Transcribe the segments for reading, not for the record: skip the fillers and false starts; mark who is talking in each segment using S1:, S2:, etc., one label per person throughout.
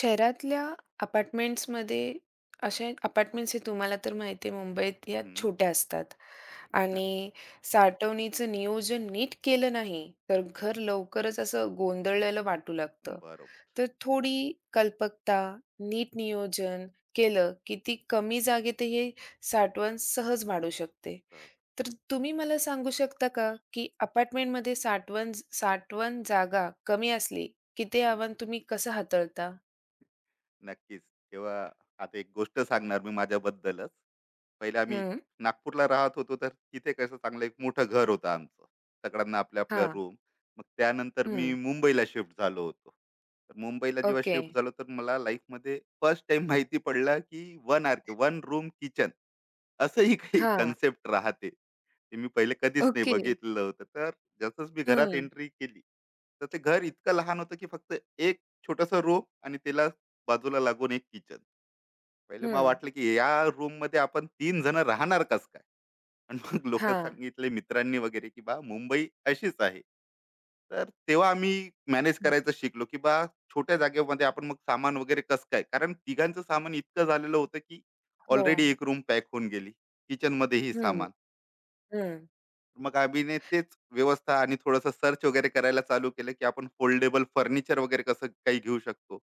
S1: शहरातल्या अपार्टमेंट्समध्ये अशा अपार्टमेंट्स हे तुम्हाला तर माहिती आहे मुंबईत या
S2: हं,
S1: छोट्या असतात आणि साठवणीचं नियोजन नीट केलं नाही तर घर लवकरच असं गोंधळलेलं वाटू लागतं.
S2: बरोबर.
S1: तर थोडी कल्पकता, नीट नियोजन केलं की ती कमी जागेत हे साठवण सहज वाढू शकते.
S2: तर
S1: तर तुम्ही मला सांगू शकता का की अपार्टमेंटमध्ये साठवण साठवण जागा कमी असली की ते
S2: हं,
S1: आव्हान तुम्ही कसं हाताळता?
S2: नक्कीच. तेव्हा आता एक गोष्ट सांगणार मी माझ्याबद्दलच. पहिले आम्ही
S1: हं,
S2: नागपूरला राहत होतो, तर तिथे कसं चांगलं एक मोठं घर होतं आमचं. सगळ्यांना आपल्या-आपल्या
S1: हां,
S2: रूम. मग त्यानंतर मी
S1: हं,
S2: मुंबईला शिफ्ट झालो होतो. तर मुंबईला जेव्हा
S1: ओके.
S2: शिफ्ट झालो, तर मला लाईफमध्ये फर्स्ट टाइम माहिती पडलं, की 1 आर-के, वन रूम किचन असंही काही
S1: हां,
S2: कन्सेप्ट राहते. ते मी पहिले कधीच नाही
S1: ओके.
S2: बघितलं होतं. तर जसंच मी घरात
S1: हं,
S2: एंट्री केली, तर ते घर इतकं लहान होतं, की फक्त एक छोटंसं रूम आणि त्याला बाजूला लागून एक किचन. पहिले मला
S1: हं,
S2: वाटलं की या रूममध्ये आपण 3 जण राहणार कसं काय? आणि मग लोकं
S1: हां,
S2: सांगितले मित्रांनी वगैरे की "बा मुंबई अशीच आहे." तर तेव्हा आम्ही मॅनेज करायचं शिकलो की बा छोट्या जागेमध्ये आपण मग सामान वगैरे कसं काय? कारण तिघांचं सामान इतकं झालेलं होतं की
S1: हो,
S2: ऑलरेडी एक रूम पॅक होऊन गेली. किचनमध्येही
S1: हं,
S2: सामान.
S1: हं.
S2: मग अभिने तेच व्यवस्था आणि थोडंसं सर्च वगैरे करायला चालू केलं, की आपण फोल्डेबल फर्निचर वगैरे कसं काही घेऊ शकतो.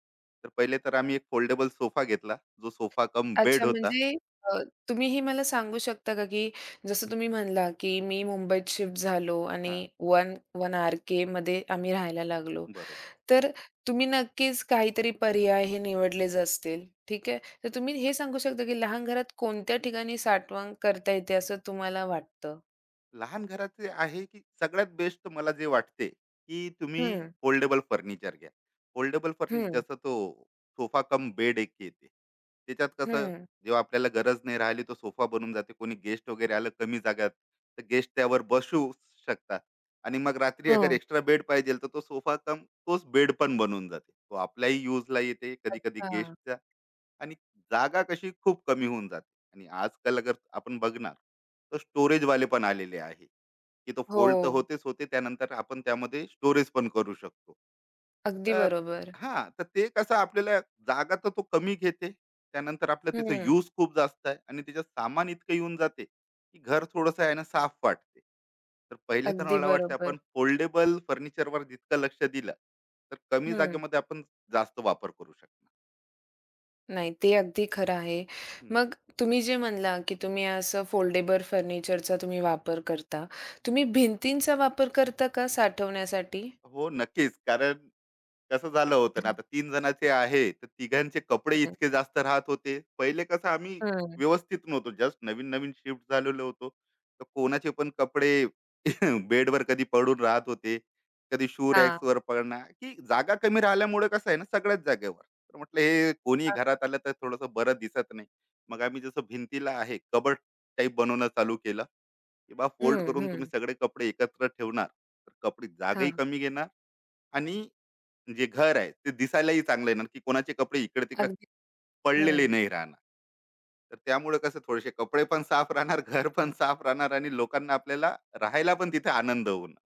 S2: तर पहिले तर आम्ही एक फोल्डेबल सोफा घेतला, जो सोफा कम
S1: अच्छा
S2: बेड होता.
S1: म्हणजे अ, तुम्ही हे मला सांगू शकता का, की जसं तुम्ही म्हणला, की मी मुंबईत शिफ्ट झालो
S2: हां,
S1: आणि वन वन आर-केमध्ये आम्ही राहायला लागलो.
S2: बरोबर.
S1: तर तुम्ही नक्कीच काहीतरी पर्याय हे निवडलेच असतील, ठीक आहे. तर तुम्ही हे सांगू शकता, की लहान घरात कोणत्या ठिकाणी साठवण करता येते असं तुम्हाला वाटतं?
S2: लहान घराचे आहे की सगळ्यात बेस्ट मला जे वाटते की तुम्ही
S1: हं,
S2: फोल्डेबल फर्निचर घ्या. फोल्डेबल फर्निचर
S1: हं,
S2: जसं तो सोफा कम बेड एक येते, त्याच्यात कसं
S1: हं,
S2: जेव्हा आपल्याला गरज नाही राहिली तो सोफा बनून जाते. कोणी गेस्ट वगैरे आलं कमी जागात, तर गेस्ट त्यावर बसू शकतात आणि मग रात्री अगर
S1: हं.
S2: एक्स्ट्रा बेड पाहिजे तर तो सोफा कम तोच बेड पण बनून जाते. तो आपल्याही यूजला येते कधी कधी
S1: अच्छा.
S2: गेस्टचा. आणि जागा कशी खूप कमी होऊन जाते. आणि आजकाल अगर आपण बघणार तर storage वाले पण आलेले आहे, की तो
S1: हो,
S2: फोल्ड तर होतेच होते. त्यानंतर आपण त्यामध्ये स्टोरेज पण करू शकतो.
S1: अगदी
S2: तर
S1: बरोबर.
S2: हां, तर ते कसं आपल्याला जागा तर तो कमी घेते. त्यानंतर आपलं त्याचा
S1: हं,
S2: यूज खूप जास्त आहे आणि त्याच्यात सामान इतकं येऊन जाते, की घर थोडंसं आहे ना साफ वाटते. तर पहिले तर
S1: अगदी
S2: मला वाटतं
S1: बरोबर.
S2: आपण फोल्डेबल फर्निचरवर जितकं लक्ष दिलं, तर कमी
S1: हं.
S2: जागेमध्ये आपण जास्त वापर करू शकणार.
S1: नाही, ते अगदी खरं आहे.
S2: हं,
S1: मग तुम्ही जे म्हणला, की तुम्ही असं फोल्डेबल फर्निचरचा तुम्ही वापर करता.
S2: हं.
S1: तुम्ही भिंतींचा वापर करता का साठवण्यासाठी?
S2: हो, नक्कीच. कारण कसं झालं होतं ना, आता 3 जणाचे आहे, तर तिघांचे कपडे
S1: हं,
S2: इतके जास्त राहत होते. पहिले कसं आम्ही
S1: हं.
S2: व्यवस्थित नव्हतो. जस्ट नवीन-नवीन शिफ्ट झालेलो होतो. तर कोणाचे पण कपडे बेडवर कधी पडून राहत होते. कधी शू
S1: हा, हा,
S2: रॅक्सवर पडणार, की जागा कमी राहिल्यामुळे कसं आहे ना, सगळ्याच जागेवर. तर म्हटलं हे कोणी
S1: हां.
S2: घरात आलं तर थोडंसं बरं दिसत नाही. मग आम्ही जसं भिंतीला आहे कबर्ड टाइप बनवणं चालू केलं, की बा फोल्ड
S1: हं,
S2: करून तुम्ही
S1: हं.
S2: सगळे कपडे एकत्र ठेवणार, तर कपडे जागाही
S1: हां,
S2: कमी घेणार आणि जे घर आहे ते दिसायलाही चांगलं आहे ना, की कोणाचे कपडे इकडे-तिकडे
S1: अगदी
S2: पडलेले
S1: हं.
S2: नाही राहणार. तर त्यामुळे कसं थोडेसे कपडे पण साफ राहणार, घर पण साफ राहणार आणि लोकांना आपल्याला राहायला पण तिथे आनंद होणार.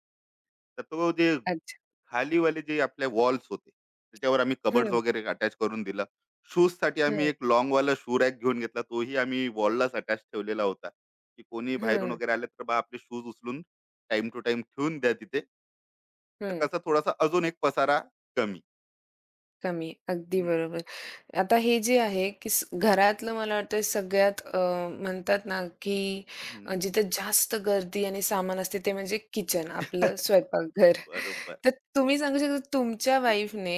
S2: तर तो जे
S1: अच्छा.
S2: खालीवाले जे आपले वॉल्स होते, त्याच्यावर आम्ही कबर्ड्स
S1: हं,
S2: वगैरे अटॅच करून दिलं. शूजसाठी आम्ही
S1: हं,
S2: एक लाँगवाला शू रॅक घेऊन घेतला. तोही आम्ही वॉललाच अटॅच ठेवलेला होता, की कोणी बाहेरून
S1: हं,
S2: वगैरे आले तर बा आपले शूज उचलून टाईम टू टाईम ठेवून द्या तिथे. तर
S1: हं.
S2: कसा थोडासा अजून एक पसारा कमी.
S1: कमी. अगदी बरोबर. आता हे जे आहे, की घरातलं मला वाटतं सगळ्यात म्हणतात ना, की
S2: हं.
S1: जिथे जास्त गर्दी आणि सामान असते ते म्हणजे किचन, आपलं स्वयंपाकघर.
S2: बरोबर.
S1: तर तुम्ही सांगू शकता तुमच्या वाईफने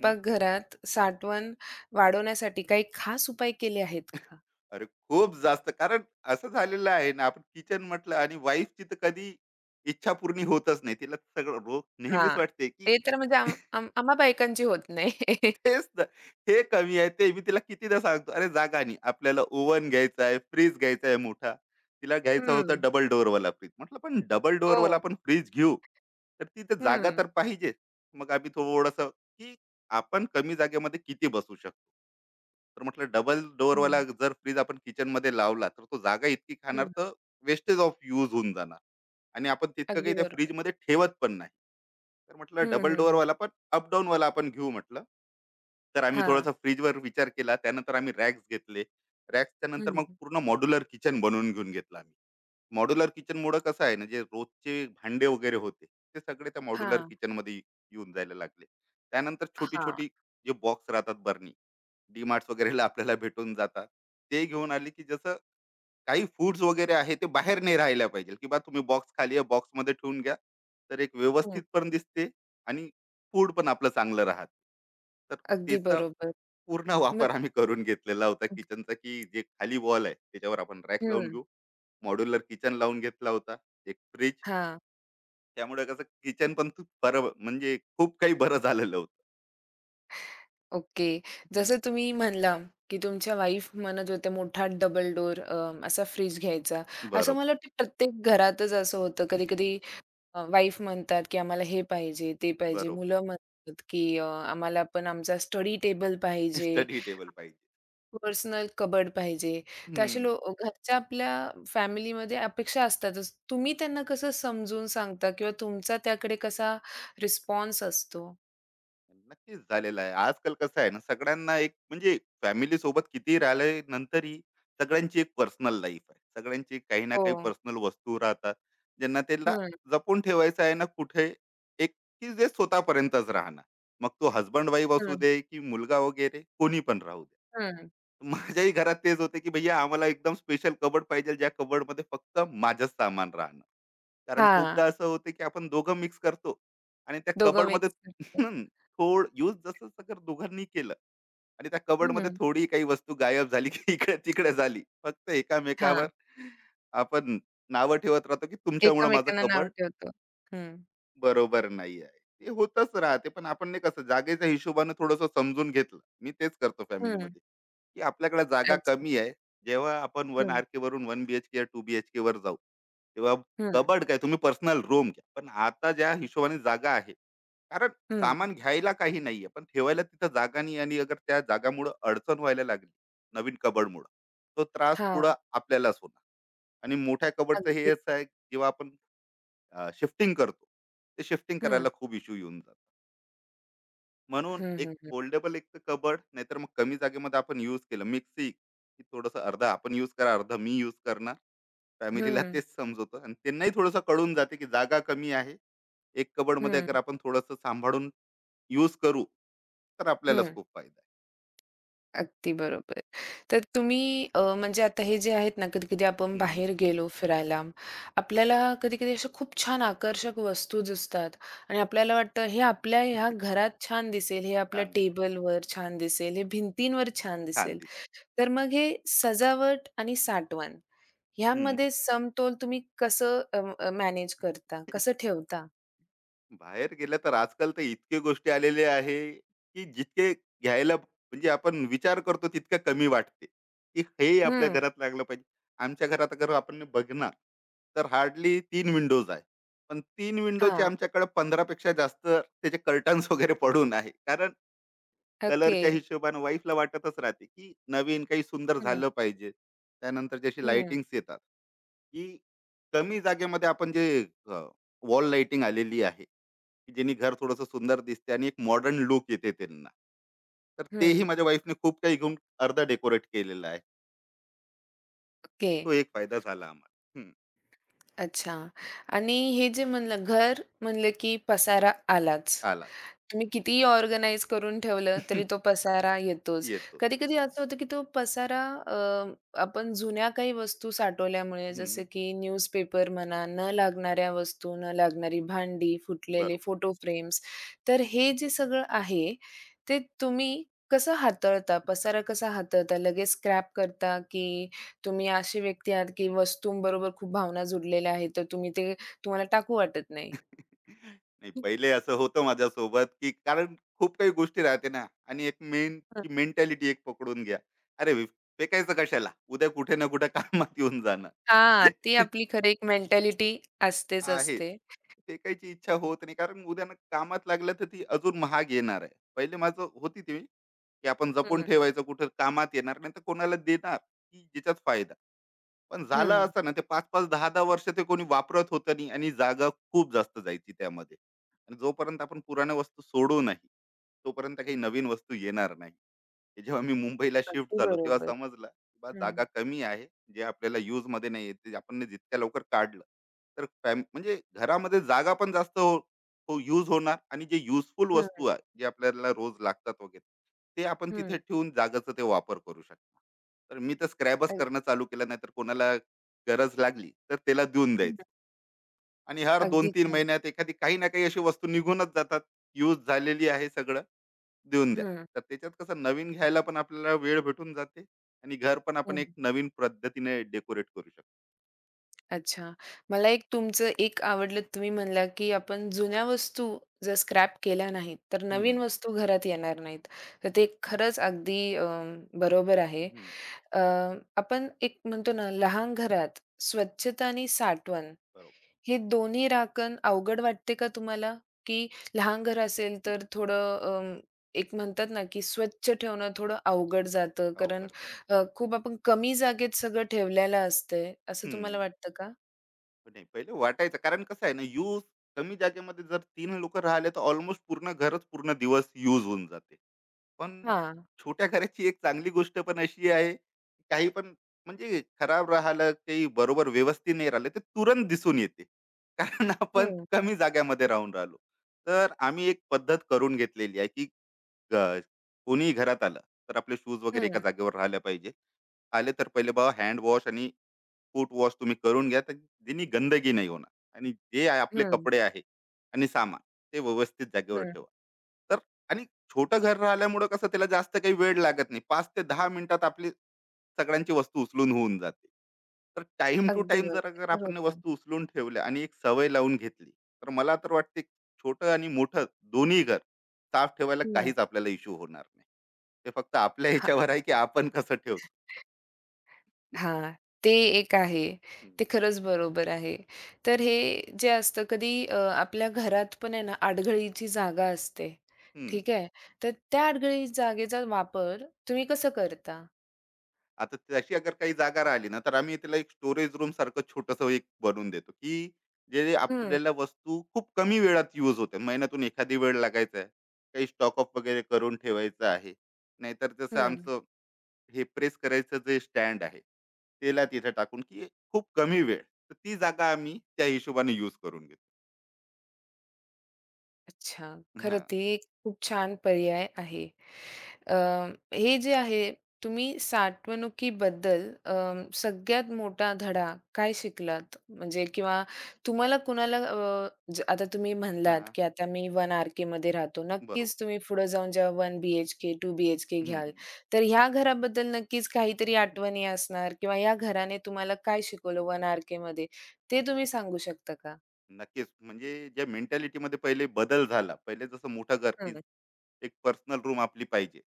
S2: हं.
S1: साठवण वाढवण्यासाठी काही खास उपाय केले आहेत का?
S2: अरे, खूप जास्त. कारण असं झालेलं आहे ना, आपण किचन म्हटलं आणि वाईफची तर कधी इच्छा पूर्ण होतच नाही. तिला सगळं रोज नेहमीच
S1: हां,
S2: वाटते, की
S1: ते तर म्हणजे आम आम आम्हा बायकांची होत नाही.
S2: तेच ना. हे कमी आहे ते मी तिला कितीदा सांगतो, "अरे जागा नाही. आपल्याला ओव्हन घ्यायचा आहे, फ्रिज घ्यायचा आहे मोठा." तिला घ्यायचा होता
S1: हं,
S2: डबल डोअरवाला फ्रिज. म्हटलं, "पण डबल डोअरवाला
S1: हो.
S2: आपण फ्रिज घेऊ, तर तिथे जागा
S1: हं,
S2: तर पाहिजे." मग आम्ही थोडंसं की आपण कमी जागेमध्ये किती बसू शकतो. तर म्हटलं डबल
S1: हं,
S2: डोअरवाला जर फ्रिज आपण किचनमध्ये लावला, तर तो जागा इतकी
S1: हं.
S2: खाणार, तर वेस्टेज ऑफ यूज होऊन जाणार आणि आपण तितकं
S1: अगदी
S2: काही त्या
S1: बरोबर.
S2: फ्रिजमध्ये ठेवत पण नाही. तर
S1: हं,
S2: म्हटलं डबल
S1: हं, हं.
S2: डोअरवाला पण अप वाला आपण घेऊ म्हटलं. तर आम्ही
S1: हां,
S2: थोडासा फ्रीजवर विचार केला. त्यानंतर आम्ही रॅक्स घेतले. रॅक्सच्या नंतर
S1: हं.
S2: मग पूर्ण मॉड्युलर किचन बनवून घेऊन घेतलं आम्ही. मॉड्युलर किचनमुळं कसं आहे ना, जे रोजचे भांडे वगैरे होते, ते सगळे त्या मॉड्युलर
S1: हां,
S2: किचनमध्ये येऊन जायला लागले. त्यानंतर
S1: हां.
S2: छोटी-छोटी जे बॉक्स राहतात बरणी, DMarts वगैरेला आपल्याला भेटून जातात. ते घेऊन आले, की जसं काही फूड्स वगैरे आहे ते बाहेर नाही राहायला पाहिजे, की बा तुम्ही बॉक्स खाली आहे बॉक्समध्ये ठेवून घ्या. तर एक व्यवस्थित पण दिसते आणि फूड पण आपलं चांगलं राहतं. तर
S1: अगदी
S2: त्याचा
S1: बरोबर.
S2: पूर्ण वापर
S1: मग
S2: आम्ही करून घेतलेला होता किचनचा, की जे खाली वॉल आहे त्याच्यावर आपण रॅक लावून
S1: हं.
S2: घेऊ. मॉड्युलर किचन लावून घेतला होता. एक फ्रिज.
S1: हां.
S2: त्यामुळे कसं किचन पण खूप बरं म्हणजे खूप काही बरं झालेलं होतं.
S1: ओके.
S2: हं.
S1: जसं तुम्ही म्हणला, की तुमच्या वाईफ म्हणत होत्या मोठा डबल डोअर असा फ्रीज घ्यायचा. असं
S2: बरोबर,
S1: मला वाटतं प्रत्येक घरातच असं होतं. कधी-कधी वाईफ म्हणतात, की आम्हाला हे पाहिजे, ते पाहिजे.
S2: बरोबर.
S1: मुलं म्हणतात, की आम्हाला पण आमचा स्टडी टेबल पाहिजे.
S2: स्टडी टेबल पाहिजे.
S1: पर्सनल कबड पाहिजे. तर असे
S2: हं.
S1: घरच्या आपल्या फॅमिलीमध्ये अपेक्षा असतातच. तुम्ही त्यांना कसं समजून सांगता किंवा तुमचा त्याकडे कसा रिस्पॉन्स असतो?
S2: नक्कीच झालेला आहे. आजकाल कसं आहे ना, सगळ्यांना एक म्हणजे फॅमिली सोबत कितीही राहिले नंतरही सगळ्यांची एक पर्सनल लाईफ आहे. सगळ्यांची काही ना
S1: हो.
S2: काही पर्सनल वस्तू राहतात, ज्यांना त्याला
S1: हं,
S2: जपून ठेवायचं आहे ना कुठे एक की जे स्वतःपर्यंतच राहणार. मग तो हसबंड वाईफ असू
S1: हं,
S2: दे की मुलगा वगैरे कोणी पण राहू दे.
S1: हं.
S2: माझ्याही घरात तेच होते की भैया आम्हाला एकदम स्पेशल कबोर्ड पाहिजे ज्या कबोर्डमध्ये फक्त माझंच सामान राहणार. कारण
S1: हां,
S2: खूपदा असं होतं की आपण दोघं मिक्स करतो आणि त्या
S1: दोघं
S2: कबोर्डमध्ये
S1: मिक्स करतो.
S2: थोड यूज जसं अगर दोघांनी केलं आणि त्या कबडमध्ये
S1: हं,
S2: थोडी काही वस्तू गायब झाली की इकडे-तिकडे झाली. फक्त एकामेकावर
S1: हां.
S2: आपण नावं ठेवत राहतो की तुमच्यामुळं माझं
S1: एकमेकांना नाव
S2: कबड
S1: ठेवतो. हं,
S2: बरोबर नाही आहे. ते होतच राहते. पण आपण नाही कसं जागेच्या हिशोबाने थोडंसं समजून घेतलं. मी तेच करतो
S1: हं.
S2: फॅमिलीमध्ये. की आपल्याकडे जागा
S1: अच्छा.
S2: कमी आहे. जेव्हा आपण 1
S1: हं,
S2: आर-के वरून 1 बी-एच-के, 2 बी-एच-के वर जाऊ, तेव्हा
S1: हं,
S2: कबड काय तुम्ही पर्सनल रूम घ्या. पण आता ज्या हिशोबाने जागा आहे, कारण
S1: हं.
S2: सामान घ्यायला काही नाहीये, पण ठेवायला तिथं जागा नाही आणि अगर त्या जागामुळं अडचण व्हायला लागली, नवीन कबडमुळं, तो त्रास
S1: हां,
S2: पुढं आपल्यालाच होणार. आणि मोठ्या कबडचं हे
S1: अगदी.
S2: असं आहे, जेव्हा आपण शिफ्टिंग करतो, ते शिफ्टिंग
S1: हं,
S2: करायला खूप इश्यू येऊन जातो. म्हणून
S1: हं,
S2: एक
S1: हं, हं.
S2: फोल्डेबल एक तर कबड नाहीतर मग कमी जागेमध्ये आपण यूज केलं मिक्सी की थोडंसं अर्धा आपण यूज करा अर्धा मी यूज करणार. फॅमिलीला
S1: हं,
S2: तेच समजवतो आणि त्यांनाही थोडंसं कळून जाते की जागा कमी आहे. एक कबडमध्ये अगर
S1: हं,
S2: आपण थोडंसं सांभाळून यूज करू तर आपल्यालाच
S1: हं.
S2: खूप फायदा आहे.
S1: अगदी बरोबर. तर तुम्ही म्हणजे आता हे जे आहेत ना, कधी-कधी आपण
S2: हम्म,
S1: बाहेर गेलो फिरायला, आपल्याला कधी-कधी अशा खूप छान आकर्षक वस्तू दिसतात आणि आपल्याला वाटतं हे आपल्या ह्या घरात छान दिसेल, हे आपल्या
S2: छान दिसेल.
S1: टेबलवर छान दिसेल, हे भिंतींवर छान
S2: छान
S1: दिसेल.
S2: दिसेल.
S1: तर मग हे सजावट आणि साठवण
S2: हम्म.
S1: ह्यामध्ये समतोल तुम्ही कसं मॅनेज करता? कसं ठेवता?
S2: बाहेर गेलं तर आजकाल तर इतके गोष्टी आलेले आहे की जितके घ्यायला म्हणजे आपण विचार करतो तितकं कमी वाटते की हे आपल्या
S1: हं.
S2: घरात लागलं पाहिजे. आमच्या घरात अगर आपण बघणार तर हार्डली तीन विंडोज आहे, पण तीन विंडोचे
S1: हां.
S2: आमच्याकडे पंधरापेक्षा जास्त त्याचे कर्टन्स वगैरे पडून आहे. कारण
S1: ओके.
S2: कलरच्या हिशोबानं वाईफला वाटतच राहते की नवीन काही सुंदर
S1: हं,
S2: झालं पाहिजे. त्यानंतर जशी
S1: हं,
S2: लाइटिंग्स येतात, की कमी जागेमध्ये आपण जे वॉल लाइटिंग आलेली आहे, की ज्यांनी घर थोडंसं सुंदर दिसते आणि एक मॉडर्न लुक येते त्यांना. तर तेही
S1: हं.
S2: माझ्या वाईफने खूप काही घेऊन अर्धं डेकोरेट केलेलं आहे.
S1: ओके.
S2: तो एक फायदा झाला आम्हाला. हं,
S1: अच्छा. आणि हे जे म्हणलं घर म्हणलं की पसारा आलाच.
S2: आलाच.
S1: तुम्ही कितीही ऑर्गनाइज करून ठेवलं तरी तो पसारा येतोच.
S2: येतो.
S1: कधी-कधी असं होतं, की तो पसारा अ, आपण जुन्या काही वस्तू साठवल्यामुळे
S2: हं,
S1: जसं
S2: हं.
S1: की न्यूजपेपर म्हणा, न लागणाऱ्या वस्तू, न लागणारी भांडी, फुटलेले
S2: बरोबर.
S1: Photo frames. तर हे जे सगळं आहे, ते तुम्ही कसं हाताळता? पसारा कसा हाताळता? लगेच स्क्रॅप करता, की तुम्ही अशी व्यक्ती आहात, की वस्तूंबरोबर खूप भावना जुडलेल्या आहेत, तर तुम्ही ते तुम्हाला टाकू वाटत नाही?
S2: नाही, पहिले असं होतं माझ्यासोबत, की कारण खूप काही गोष्टी राहते ना आणि एक मेन ती मेंटॅलिटी एक पकडून घ्या. अरे, फेकायचं कशाला? उद्या कुठे ना कुठे कामात येऊन जाणार.
S1: हां, ती आपली खरी एक मेंटॅलिटी असतेच
S2: आहेच.
S1: असते.
S2: फेकायची इच्छा होत नाही कारण उद्यानं कामात लागलं तर ती अजून महाग येणार आहे. पहिले माझं होती ती, की आपण जपून
S1: हं,
S2: ठेवायचं कुठं कामात येणार नाही तर कोणाला देणार की ज्याच्यात फायदा. पण झालं
S1: हं.
S2: असं ना ते 5-5, 10-10 वर्ष ते कोणी वापरत होतं नाही आणि जागा खूप जास्त जायची त्यामध्ये. आणि जोपर्यंत आपण पुराण्या वस्तू सोडू नाही, तोपर्यंत काही नवीन वस्तू येणार नाही. हे जेव्हा मी मुंबईला शिफ्ट
S1: अगदी
S2: झालो तेव्हा
S1: बरोबर.
S2: समजलं, की बा
S1: हं,
S2: जागा कमी आहे. जे आपल्याला युजमध्ये नाही येत आपण जितक्या लवकर काढलं, तर म्हणजे घरामध्ये जागा पण जास्त हो, हो यूज होणार आणि जे युजफुल वस्तू
S1: हं,
S2: आहे जे आपल्याला रोज लागतात वगैरे ते आपण
S1: हं.
S2: तिथे ठेवून जागाचा ते वापर करू शकतो. तर मी तर स्क्रॅबच
S1: अग
S2: करणं चालू केलं. नाही तर कोणाला गरज लागली तर त्याला देऊन
S1: हं,
S2: द्यायचं आणि हर दोन
S1: अगदी
S2: तीन
S1: छान.
S2: महिन्यात एखादी काही ना काही अशी वस्तू निघूनच जातात. यूज झालेली आहे सगळं, देऊन द्या.
S1: हं,
S2: तर त्याच्यात कसं नवीन घ्यायला पण आपल्याला वेळ भेटून जाते आणि घर पण आपण
S1: हं.
S2: एक नवीन पद्धतीने डेकोरेट करू शकतो.
S1: अच्छा. मला एक तुमचं एक आवडलं तुम्ही म्हणला, की आपण जुन्या वस्तू जर स्क्रॅप केल्या नाहीत, तर नवीन
S2: हम्म,
S1: वस्तू घरात येणार नाहीत. तर ते खरंच अगदी बरोबर आहे.
S2: हम्म,
S1: अ, आपण एक म्हणतो ना, लहान घरात स्वच्छता आणि साठवण
S2: बरोबर.
S1: हे दोन्ही राखण अवघड वाटते का तुम्हाला? की लहान घर असेल
S2: हम्म,
S1: तर थोडं एक म्हणतात ना, की स्वच्छ ठेवणं थोडं अवघड जातं कारण
S2: अवघड जाते.
S1: खूप आपण कमी जागेत सगळं ठेवलेलं असतंय, असं
S2: हं.
S1: तुम्हाला वाटतं का?
S2: पण नाही, पहिले वाटायचं. कारण कसं आहे ना, यूज कमी जागेमध्ये जर तीन लोकं राहिले, तर ऑलमोस्ट पूर्ण घरच पूर्ण दिवस यूज होऊन जाते. पण
S1: हां.
S2: छोट्या घराची एक चांगली गोष्ट पण अशी आहे, काही पण म्हणजे खराब राहिलं, काही बरोबर व्यवस्थित नाही राहिलं, ते तुरंत दिसून येते. कारण आपण
S1: हं,
S2: कमी जागेमध्ये राहून राहिलो. तर आम्ही एक पद्धत करून घेतलेली आहे, की अ, कोणीही घरात आलं, तर आपले शूज वगैरे एका
S1: हं,
S2: जागेवर राहिल्या पाहिजे. आले तर पहिले बाबा हँड वॉश आणि फूट वॉश तुम्ही करून घ्या, तर जेणे गंदगी नाही होणार आणि जे आहे आपले
S1: हं,
S2: कपडे आहे आणि सामान ते व्यवस्थित जागेवर
S1: हं.
S2: ठेवा. तर आणि छोटं घर राहिल्यामुळं कसं त्याला जास्त काही वेळ लागत नाही. 5 ते 10 मिनिटात आपली सगळ्यांची वस्तू उचलून होऊन जाते. तर टाईम टू
S1: अगदी
S2: टाईम
S1: बरोबर.
S2: जर
S1: ते
S2: अगर
S1: तर
S2: आपण
S1: होतं.
S2: वस्तू उचलून ठेवल्या आणि एक सवय लावून घेतली, तर मला तर वाटते छोटं आणि मोठं दोन्ही घर साफ ठेवायला
S1: हं.
S2: काहीच आपल्याला इश्यू होणार नाही. ते फक्त आपल्या
S1: हां,
S2: ह्याच्यावर आहे की आपण कसं ठेवतो.
S1: हां. ते एक आहे. ते खरंच बरोबर आहे. तर हे जे असतं कधी आपल्या घरात पण आहे ना अडगळीची जागा असते.
S2: हं.
S1: ठीक आहे. तर त्या अडगळी जागेचा वापर तुम्ही कसं करता?
S2: आता तशी अगर काही जागा राहिली ना, तर आम्ही त्याला एक स्टोरेज रूम सारखं छोटस एक बनवून देतो, की जे
S1: हं,
S2: आपल्याला वस्तू खूप कमी वेळात यूज होते, महिन्यातून एखादी वेळ लागायचा आहे, काही स्टॉक ऑफ वगैरे करून ठेवायचं आहे, नाहीतर जसं
S1: हं.
S2: आमचं हे प्रेस करायचं जे स्टँड आहे त्याला तिथे टाकून की खूप कमी वेळ, तर ती जागा आम्ही त्या हिशोबाने यूज करून घेतो.
S1: अच्छा. खरं
S2: हा,
S1: ते एक खूप छान पर्याय आहे. अ, हे जे आहे तुम्ही साठवणुकीबद्दल सगळ्यात मोठा धडा काय शिकलात? म्हणजे किंवा तुम्हाला कुणाला आता तुम्ही म्हणलात,
S2: हा,
S1: की आता मी वन आर-केमध्ये राहतो.
S2: बरोबर.
S1: नक्कीच तुम्ही पुढे जाऊन जेव्हा 1 बी-एच-के, 2 बी-एच-के
S2: हम्म,
S1: घ्याल,
S2: हम्म.
S1: तर ह्या घराबद्दल नक्कीच काहीतरी आठवणी असणार किंवा या घराने तुम्हाला काय शिकवलं 1 आर-केमध्ये ते तुम्ही सांगू शकता का?
S2: नक्कीच म्हणजे ज्या मेंटॅलिटीमध्ये पहिले बदल झाला, पहिले जसं मोठं घर की
S1: हं.
S2: एक पर्सनल रूम आपली पाहिजे.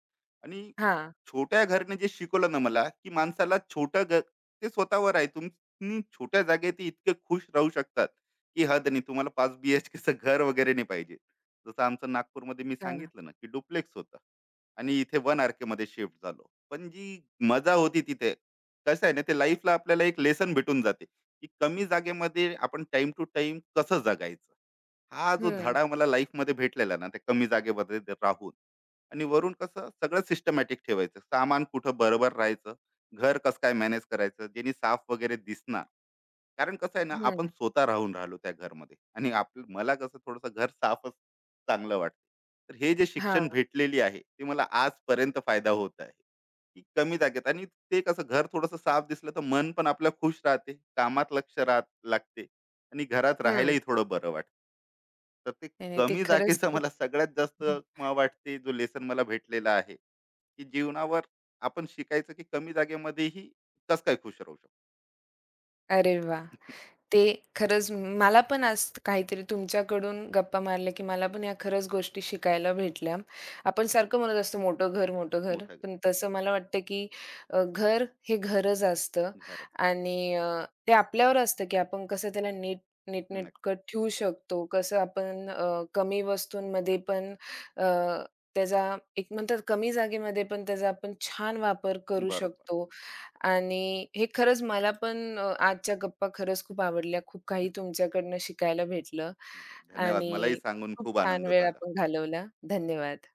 S2: आणि
S1: हां,
S2: छोट्या घरने जे शिकवलं ना मला, की माणसाला छोटं घर ते स्वतःवर आहे. तुम्ही छोट्या जागेत इतके खुश राहू शकतात, की हद नाही. तुम्हाला 5 बी-एच-केचं घर वगैरे नाही पाहिजे. जसं आमचं नागपूरमध्ये मी
S1: हां.
S2: सांगितलं ना, की डुप्लेक्स होतं आणि इथे 1 आर-केमध्ये शिफ्ट झालो. पण जी मजा होती तिथे, कसं आहे ना, ते लाईफला आपल्याला एक लेसन भेटून जाते, की कमी जागेमध्ये आपण टाईम टू टाईम कसं जगायचं. हा जो
S1: हं,
S2: धडा मला लाईफमध्ये भेटलेला ना, ते कमी जागेमध्ये ते राहून आणि वरून कसं सगळं सिस्टमॅटिक ठेवायचं. सामान कुठं बरोबर राहायचं, घर कसं काय मॅनेज करायचं, जेणे साफ वगैरे दिसणार. कारण कसं आहे ना, आपण
S1: हं.
S2: स्वतः राहून राहिलो त्या घरमध्ये आणि मला कसं थोडंसं घर साफच चांगलं वाटतं. तर हे जे
S1: हां,
S2: शिक्षण भेटलेली आहे, ते मला आजपर्यंत फायदा होत आहे, की कमी जागेत आणि ते कसं घर थोडंसं साफ दिसलं, तर मन पण आपलं खुश राहते, कामात लक्ष लागते आणि घरात
S1: हं.
S2: राहायलाही थोडं बरं वाटतं. तर ते
S1: नाही, नाही. ते
S2: कमी
S1: खरंच
S2: जागेचं
S1: खूप
S2: मला सगळ्यात जास्त मला वाटते जो लेसन मला भेटलेला आहे, की जीवनावर आपण शिकायचं, की कमी जागेमध्येही कसं काय खुश राहू शकतो.
S1: अरे वाह! ते खरंच मला पण आज काहीतरी तुमच्याकडून गप्पा मारल्या, की मला पण या खरंच गोष्टी शिकायला भेटल्या. आपण सारखं म्हणत असतो मोठं घर, मोठं घर.
S2: मोठं घर.
S1: पण तसं मला वाटतं, की घर हे घरच असतं
S2: घरात असते.
S1: आणि ते आपल्यावर असतं, की आपण कसं त्याला नीट
S2: नक्की.
S1: नीटनेटकं ठेवू शकतो. कसं आपण कमी वस्तूंमध्ये पण अ, त्याचा एक म्हणतात कमी जागेमध्ये पण त्याचा आपण छान वापर करू
S2: बरोबर.
S1: शकतो. आणि हे खरंच मला पण आजच्या गप्पा खरंच खूप आवडल्या. खूप काही तुमच्याकडनं शिकायला भेटलं
S2: नाही, धन्यवाद. मलाही
S1: आणि
S2: सांगून
S1: खूप
S2: खूप
S1: छान
S2: आनंद
S1: वेळ
S2: झाला.
S1: आपण घालवला. धन्यवाद.